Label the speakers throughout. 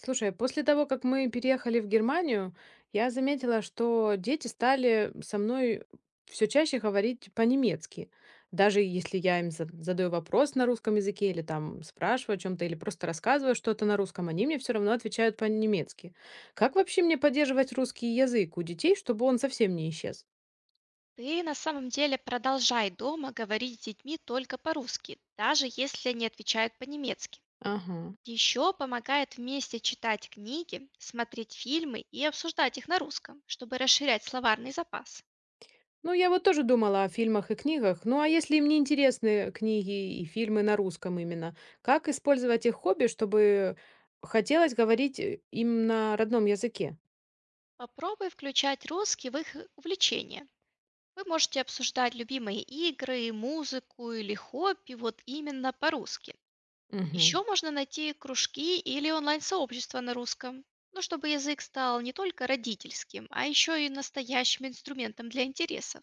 Speaker 1: Слушай, после того, как мы переехали в Германию, я заметила, что дети стали со мной все чаще говорить по-немецки. Даже если я им задаю вопрос на русском языке или там спрашиваю о чем-то или просто рассказываю что-то на русском, они мне все равно отвечают по-немецки. Как вообще мне поддерживать русский язык у детей, чтобы он совсем не исчез?
Speaker 2: Ты на самом деле продолжай дома говорить с детьми только по-русски, даже если они отвечают по-немецки.
Speaker 1: Ага.
Speaker 2: Еще помогает вместе читать книги, смотреть фильмы и обсуждать их на русском, чтобы расширять словарный запас.
Speaker 1: Ну, я вот тоже думала о фильмах и книгах. Ну, а если им не интересны книги и фильмы на русском именно, как использовать их хобби, чтобы хотелось говорить им на родном языке?
Speaker 2: Попробуй включать русский в их увлечения. Вы можете обсуждать любимые игры, музыку или хобби вот именно по-русски.
Speaker 1: Мгм.
Speaker 2: Еще можно найти кружки или онлайн-сообщества на русском, ну, чтобы язык стал не только родительским, а еще и настоящим инструментом для интересов.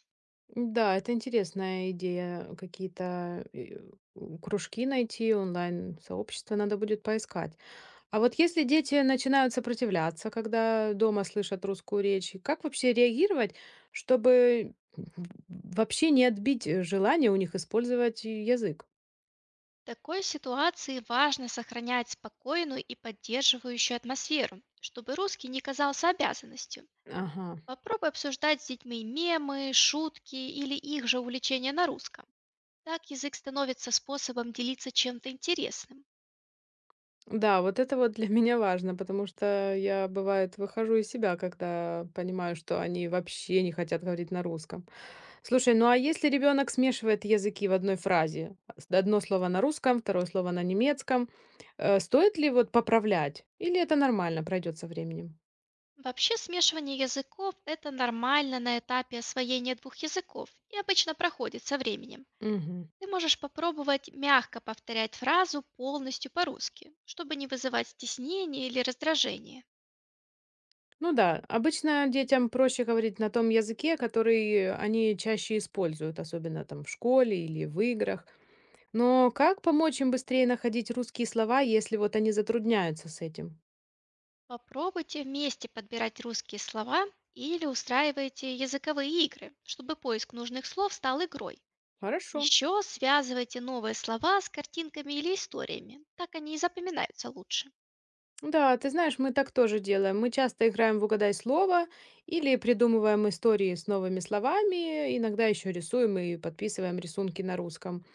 Speaker 1: Да, это интересная идея. Какие-то кружки найти, онлайн-сообщества надо будет поискать. А вот если дети начинают сопротивляться, когда дома слышат русскую речь, как вообще реагировать, чтобы вообще не отбить желание у них использовать язык?
Speaker 2: В такой ситуации важно сохранять спокойную и поддерживающую атмосферу, чтобы русский не казался обязанностью.
Speaker 1: Ага.
Speaker 2: Попробуй обсуждать с детьми мемы, шутки или их же увлечения на русском. Так язык становится способом делиться чем-то интересным.
Speaker 1: Да, вот это вот для меня важно, потому что я, бывает, выхожу из себя, когда понимаю, что они вообще не хотят говорить на русском. Слушай, ну а если ребенок смешивает языки в одной фразе, одно слово на русском, второе слово на немецком, стоит ли вот поправлять? Или это нормально, пройдет со временем?
Speaker 2: Вообще смешивание языков – это нормально на этапе освоения двух языков и обычно проходит со временем.
Speaker 1: Мгм.
Speaker 2: Ты можешь попробовать мягко повторять фразу полностью по-русски, чтобы не вызывать стеснение или раздражение.
Speaker 1: Ну да, обычно детям проще говорить на том языке, который они чаще используют, особенно там в школе или в играх. Но как помочь им быстрее находить русские слова, если вот они затрудняются с этим?
Speaker 2: Попробуйте вместе подбирать русские слова или устраивайте языковые игры, чтобы поиск нужных слов стал игрой.
Speaker 1: Хорошо.
Speaker 2: Еще связывайте новые слова с картинками или историями, так они и запоминаются лучше.
Speaker 1: Да, ты знаешь, мы так тоже делаем. Мы часто играем в угадай слово или придумываем истории с новыми словами, иногда еще рисуем и подписываем рисунки на русском.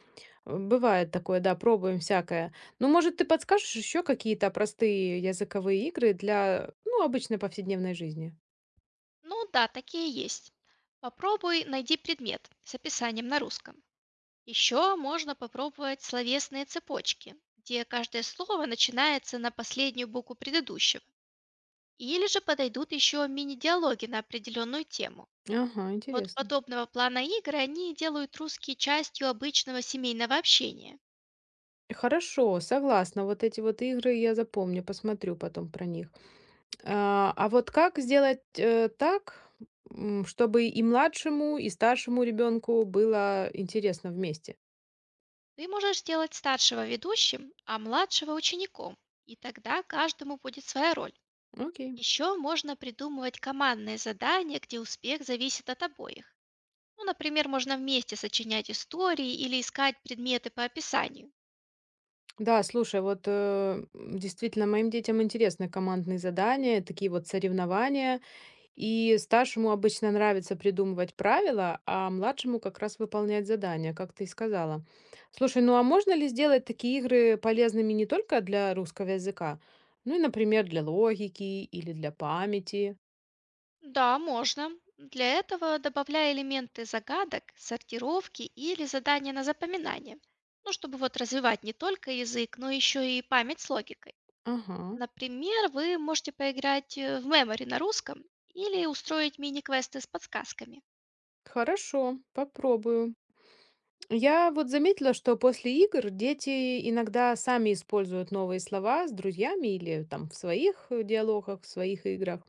Speaker 1: Бывает такое, да, пробуем всякое. Ну, может, ты подскажешь еще какие-то простые языковые игры для, ну, обычной повседневной жизни?
Speaker 2: Ну да, такие есть. Попробуй найди предмет с описанием на русском. Еще можно попробовать словесные цепочки, где каждое слово начинается на последнюю букву предыдущего. Или же подойдут еще мини-диалоги на определенную тему.
Speaker 1: Ага,
Speaker 2: Вот
Speaker 1: интересно.
Speaker 2: подобного плана игры они делают русский частью обычного семейного общения.
Speaker 1: Хорошо, согласна. Вот эти вот игры я запомню, посмотрю потом про них. А вот как сделать так, чтобы и младшему, и старшему ребенку было интересно вместе?
Speaker 2: Ты можешь сделать старшего ведущим, а младшего учеником, и тогда каждому будет своя роль.
Speaker 1: Окей.
Speaker 2: Еще можно придумывать командные задания, где успех зависит от обоих. Ну, например, можно вместе сочинять истории или искать предметы по описанию.
Speaker 1: Да, слушай, действительно, моим детям интересны командные задания, такие вот соревнования. И старшему обычно нравится придумывать правила, а младшему как раз выполнять задания, как ты и сказала. Слушай, ну а можно ли сделать такие игры полезными не только для русского языка, ну и, например, для логики или для памяти?
Speaker 2: Да, можно. Для этого добавляя элементы загадок, сортировки или задания на запоминание. Ну, чтобы вот развивать не только язык, но еще и память с логикой.
Speaker 1: Ага,
Speaker 2: Например, вы можете поиграть в мемори на русском или устроить мини-квесты с подсказками.
Speaker 1: хорошо, попробую. Я вот заметила, что после игр дети иногда сами используют новые слова с друзьями или там в своих диалогах, в своих играх.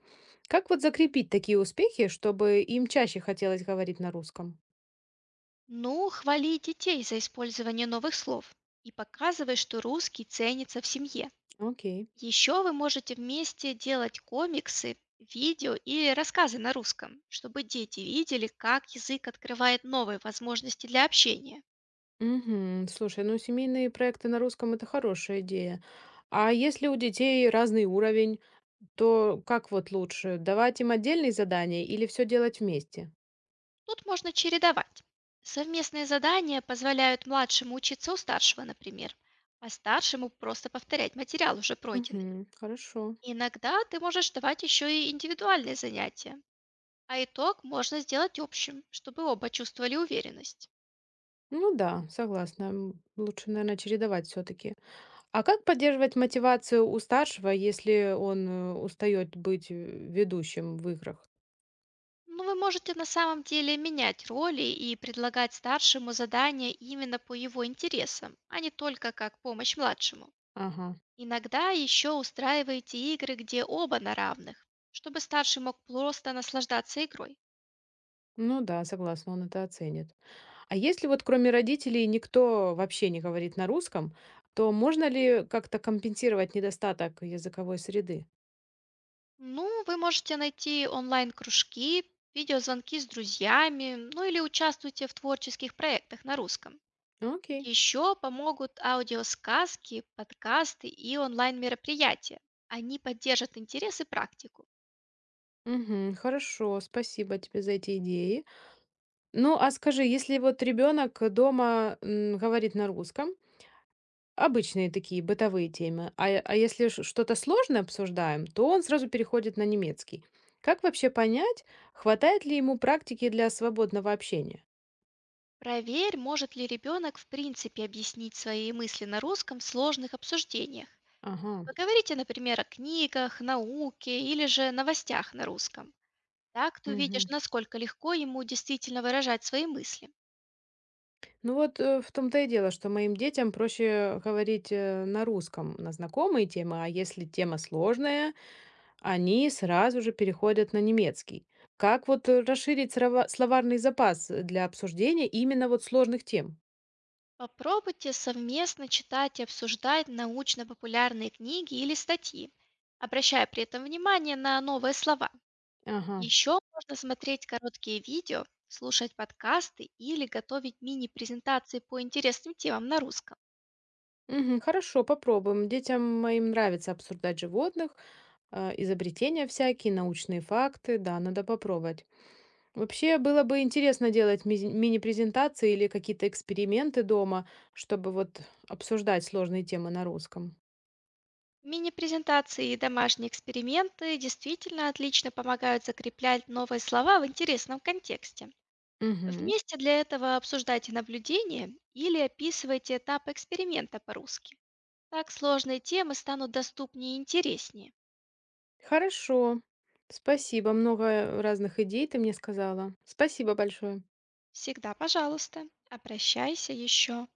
Speaker 1: Как вот закрепить такие успехи, чтобы им чаще хотелось говорить на русском?
Speaker 2: Ну, хвали детей за использование новых слов и показывай, что русский ценится в семье.
Speaker 1: Окей.
Speaker 2: Еще вы можете вместе делать комиксы, видео или рассказы на русском, чтобы дети видели, как язык открывает новые возможности для общения.
Speaker 1: Мгм. Слушай, ну семейные проекты на русском это хорошая идея. А если у детей разный уровень, то как вот лучше, давать им отдельные задания или все делать вместе?
Speaker 2: Тут можно чередовать. Совместные задания позволяют младшему учиться у старшего, например, а старшему просто повторять материал уже пройденный.
Speaker 1: Мгм. Хорошо.
Speaker 2: Иногда ты можешь давать еще и индивидуальные занятия. А итог можно сделать общим, чтобы оба чувствовали уверенность.
Speaker 1: Ну да, согласна. Лучше, наверное, чередовать все-таки. А как поддерживать мотивацию у старшего, если он устает быть ведущим в играх?
Speaker 2: Но вы можете на самом деле менять роли и предлагать старшему задания именно по его интересам, а не только как помощь младшему.
Speaker 1: Ага.
Speaker 2: Иногда еще устраиваете игры, где оба на равных, чтобы старший мог просто наслаждаться игрой.
Speaker 1: Ну да, согласна, он это оценит. А если вот кроме родителей никто вообще не говорит на русском, то можно ли как-то компенсировать недостаток языковой среды?
Speaker 2: Ну, вы можете найти онлайн-кружки, видеозвонки с друзьями, ну или участвуйте в творческих проектах на русском.
Speaker 1: Окей.
Speaker 2: Еще помогут аудиосказки, подкасты и онлайн-мероприятия. Они поддержат интерес и практику.
Speaker 1: Мгм, хорошо, спасибо тебе за эти идеи. Ну, а скажи, если вот ребенок дома говорит на русском, обычные такие бытовые темы. А если что-то сложное обсуждаем, то он сразу переходит на немецкий. Как вообще понять, хватает ли ему практики для свободного общения?
Speaker 2: Проверь, может ли ребенок в принципе объяснить свои мысли на русском в сложных обсуждениях.
Speaker 1: Ага.
Speaker 2: Поговорите, например, о книгах, науке или же новостях на русском. Так ты
Speaker 1: Мгм.
Speaker 2: увидишь, насколько легко ему действительно выражать свои мысли.
Speaker 1: Ну вот в том-то и дело, что моим детям проще говорить на русском, на знакомые темы, а если тема сложная, они сразу же переходят на немецкий. Как вот расширить словарный запас для обсуждения именно вот сложных тем?
Speaker 2: Попробуйте совместно читать и обсуждать научно-популярные книги или статьи, обращая при этом внимание на новые слова.
Speaker 1: Ага.
Speaker 2: Еще можно смотреть короткие видео, слушать подкасты или готовить мини-презентации по интересным темам на русском.
Speaker 1: Мгм. Хорошо, попробуем. Детям моим нравится обсуждать животных, а, изобретения всякие, научные факты. Да, надо попробовать. Вообще было бы интересно делать мини-презентации или какие-то эксперименты дома, чтобы вот обсуждать сложные темы на русском.
Speaker 2: Мини-презентации и домашние эксперименты действительно отлично помогают закреплять новые слова в интересном контексте.
Speaker 1: Мгм.
Speaker 2: Вместе для этого обсуждайте наблюдения или описывайте этап эксперимента по-русски. Так сложные темы станут доступнее и интереснее.
Speaker 1: Хорошо. Спасибо. Много разных идей ты мне сказала. Спасибо большое.
Speaker 2: Всегда, пожалуйста, обращайся еще.